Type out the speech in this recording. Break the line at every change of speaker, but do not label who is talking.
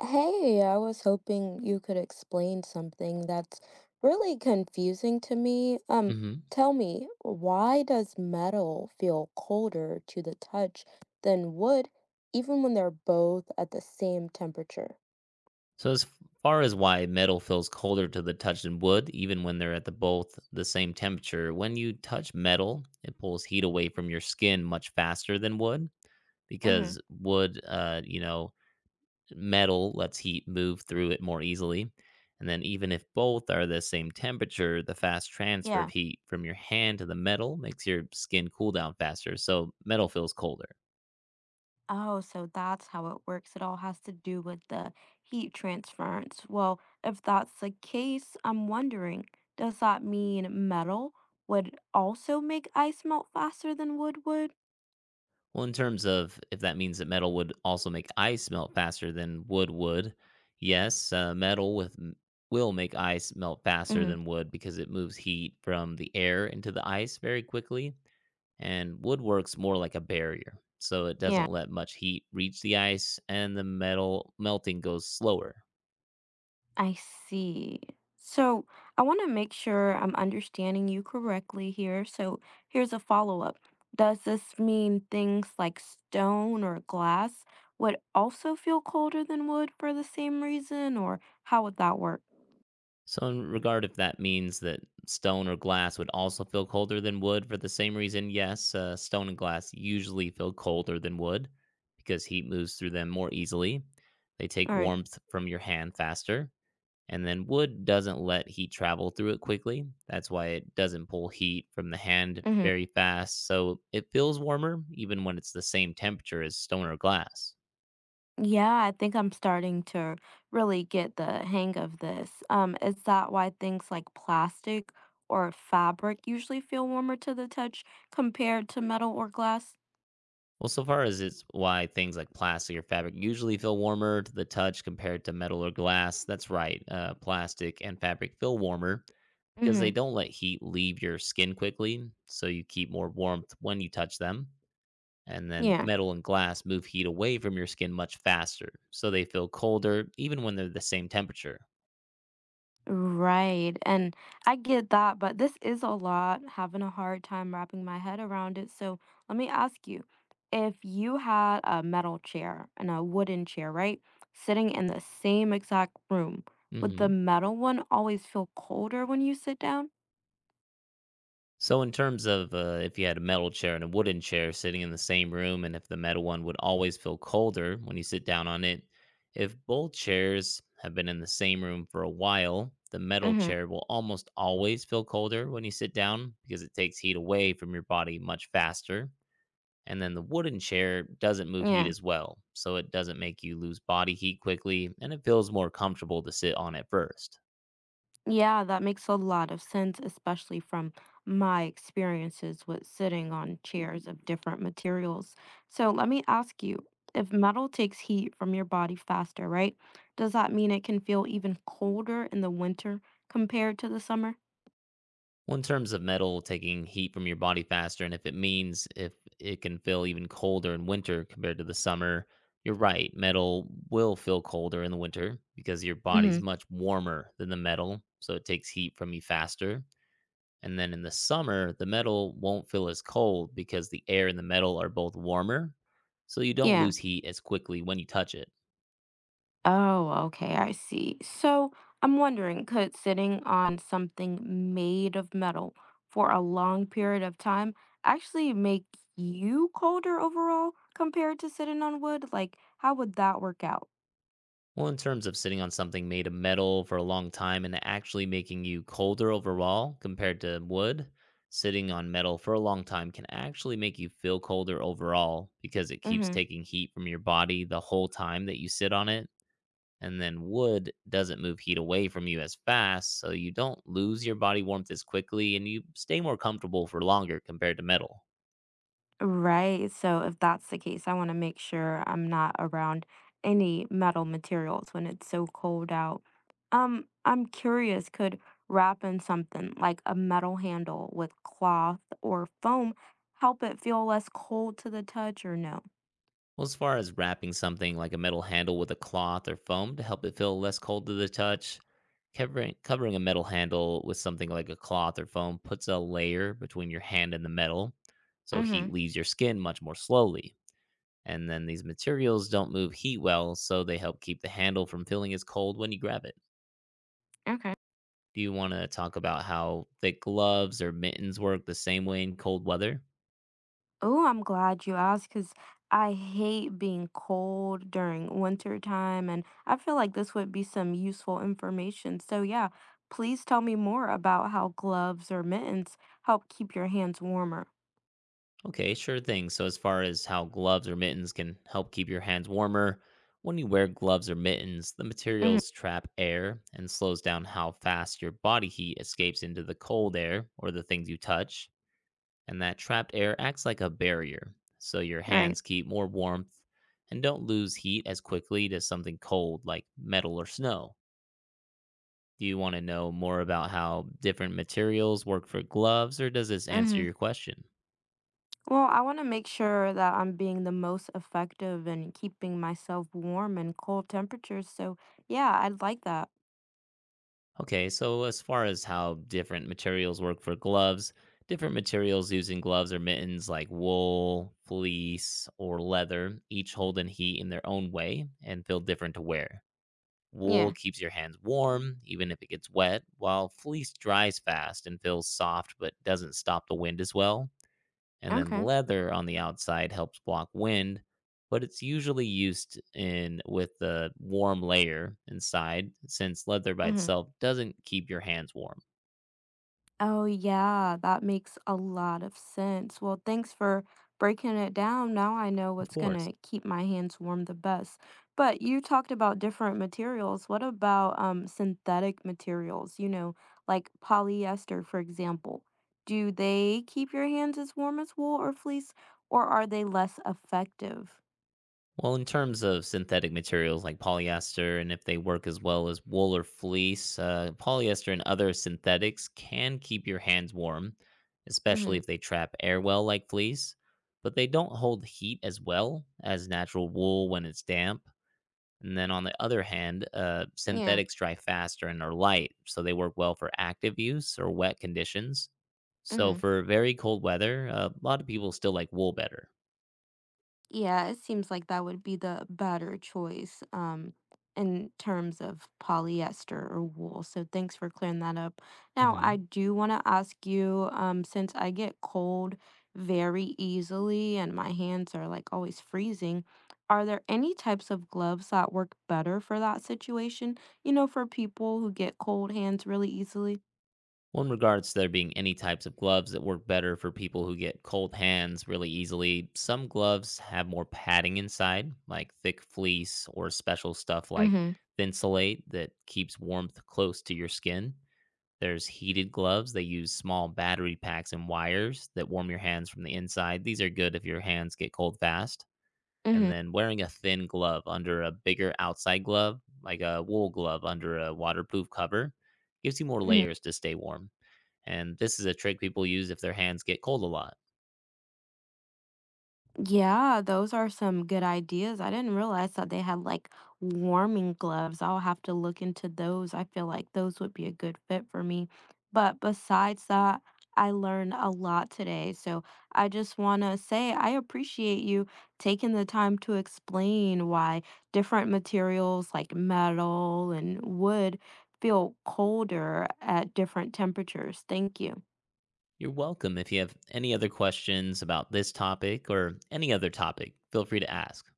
Hey, I was hoping you could explain something that's really confusing to me.
hmm
Tell me, why does metal feel colder to the touch than wood, even when they're both at the same temperature?
So, as far as why metal feels colder to the touch than wood, even when they're at the both the same temperature, when you touch metal, it pulls heat away from your skin much faster than wood
Mm-hmm.
because wood, metal lets heat move through it more easily. And then, even if both are the same temperature, the fast transfer of
Yeah.
heat from your hand to the metal makes your skin cool down faster. So, metal feels colder.
Oh, so that's how it works. It all has to do with the heat transference. Well, if that's the case, I'm wondering, does that mean metal would also make ice melt faster than wood would?
Well, in terms of if that means that metal would also make ice melt faster than wood would, yes, metal will make ice melt faster than wood because it moves heat from the air into the ice very quickly, and wood works more like a barrier, so it
Yeah,
doesn't let much heat reach the ice, and the metal melting goes slower.
I see. So I want to make sure I'm understanding you correctly here. So here's a follow-up. Does this mean things like stone or glass would also feel colder than wood for the same reason, or how would that work?
So, in regard if that means that stone or glass would also feel colder than wood for the same reason, yes, stone and glass usually feel colder than wood because heat moves through them more easily. They take
All right.
warmth from your hand faster. And then wood doesn't let heat travel through it quickly. That's why it doesn't pull heat from the hand
Mm-hmm.
very fast. So it feels warmer even when it's the same temperature as stone or glass.
Yeah, I think I'm starting to really get the hang of this. Is that why things like plastic or fabric usually feel warmer to the touch compared to metal or glass?
Well, so far as it's why things like plastic or fabric usually feel warmer to the touch compared to metal or glass, that's right. Plastic and fabric feel warmer because
Mm-hmm.
they don't let heat leave your skin quickly, so you keep more warmth when you touch them. And then
Yeah.
metal and glass move heat away from your skin much faster, so they feel colder even when they're the same temperature.
Right, and I get that, but this is a lot, having a hard time wrapping my head around it, so let me ask you, if you had a metal chair and a wooden chair, right, sitting in the same exact room, would the
hmm
metal one always feel colder when you sit down?
So, in terms of if you had a metal chair and a wooden chair sitting in the same room, and if the metal one would always feel colder when you sit down on it, if both chairs have been in the same room for a while, the metal
Mhm,
chair will almost always feel colder when you sit down because it takes heat away from your body much faster. And then the wooden chair doesn't move heat
yeah.
as well, so it doesn't make you lose body heat quickly and it feels more comfortable to sit on at first.
Yeah, that makes a lot of sense, especially from my experiences with sitting on chairs of different materials. So let me ask you, if metal takes heat from your body faster, right? Does that mean it can feel even colder in the winter compared to the summer?
Well, in terms of metal taking heat from your body faster, and if it means if it can feel even colder in winter compared to the summer, you're right. Metal will feel colder in the winter because your
Mm-hmm.
body's much warmer than the metal, so it takes heat from you faster. And then in the summer, the metal won't feel as cold because the air and the metal are both warmer, so you don't
Yeah.
lose heat as quickly when you touch it.
Oh, okay, I see. So I'm wondering, could sitting on something made of metal for a long period of time actually make you colder overall compared to sitting on wood? Like, how would that work out?
Well, in terms of sitting on something made of metal for a long time and actually making you colder overall compared to wood, sitting on metal for a long time can actually make you feel colder overall because it keeps
Mm-hmm.
taking heat from your body the whole time that you sit on it. And then wood doesn't move heat away from you as fast, so you don't lose your body warmth as quickly and you stay more comfortable for longer compared to metal.
Right. So if that's the case, I want to make sure I'm not around any metal materials when it's so cold out. I'm curious, could wrapping something like a metal handle with cloth or foam help it feel less cold to the touch or no?
Well, as far as wrapping something like a metal handle with a cloth or foam to help it feel less cold to the touch, covering a metal handle with something like a cloth or foam puts a layer between your hand and the metal, so
Mm-hmm.
heat leaves your skin much more slowly. And then these materials don't move heat well, so they help keep the handle from feeling as cold when you grab it.
Okay.
Do you want to talk about how thick gloves or mittens work the same way in cold weather?
Oh, I'm glad you asked because I hate being cold during winter time, and I feel like this would be some useful information. So, yeah, please tell me more about how gloves or mittens help keep your hands warmer.
Okay, sure thing. So, as far as how gloves or mittens can help keep your hands warmer, when you wear gloves or mittens, the
Hmm.
materials trap air and slows down how fast your body heat escapes into the cold air or the things you touch. And that trapped air acts like a barrier, so your
Right.
hands keep more warmth and don't lose heat as quickly to something cold like metal or snow. Do you want to know more about how different materials work for gloves, or does this answer
Hmm.
your question?
Well, I want to make sure that I'm being the most effective in keeping myself warm in cold temperatures. So, yeah, I'd like that.
Okay, so as far as how different materials work for gloves, different materials used in gloves or mittens like wool, fleece, or leather each hold in heat in their own way and feel different to wear. Wool
Yeah.
keeps your hands warm, even if it gets wet, while fleece dries fast and feels soft but doesn't stop the wind as well and then
Okay.
leather on the outside helps block wind, but it's usually used in with the warm layer inside since leather by
Hmm.
itself doesn't keep your hands warm.
Oh, yeah, that makes a lot of sense. Well, thanks for breaking it down. Now I know
Of
what's
course.
gonna keep my hands warm the best. But you talked about different materials. What about synthetic materials, like polyester, for example? Do they keep your hands as warm as wool or fleece, or are they less effective?
Well, in terms of synthetic materials like polyester, and if they work as well as wool or fleece, polyester and other synthetics can keep your hands warm, especially
Mm-hmm.
if they trap air well like fleece, but they don't hold heat as well as natural wool when it's damp. And then on the other hand,
Yeah.
synthetics dry faster and are light, so they work well for active use or wet conditions. So
Mm-hmm.
for very cold weather, a lot of people still like wool better.
Yeah, it seems like that would be the better choice in terms of polyester or wool. So thanks for clearing that up. Now, I
hmm
do want to ask you since I get cold very easily and my hands are like always freezing, are there any types of gloves that work better for that situation? You know, for people who get cold hands really easily?
Well, in regards to there being any types of gloves that work better for people who get cold hands really easily, some gloves have more padding inside, like thick fleece or special stuff
Mm
like
hmm.
Thinsulate that keeps warmth close to your skin. There's heated gloves. They use small battery packs and wires that warm your hands from the inside. These are good if your hands get cold fast. And
Mm
then wearing a thin glove under a bigger outside glove, like a wool glove under a waterproof cover, gives you more
hmm.
layers to stay warm. And this is a trick people use if their hands get cold a lot.
Yeah, those are some good ideas. I didn't realize that they had like warming gloves. I'll have to look into those. I feel like those would be a good fit for me. But besides that, I learned a lot today. So I just want to say I appreciate you taking the time to explain why different materials like metal and wood feel colder at different temperatures. Thank you.
You're welcome. If you have any other questions about this topic or any other topic, feel free to ask.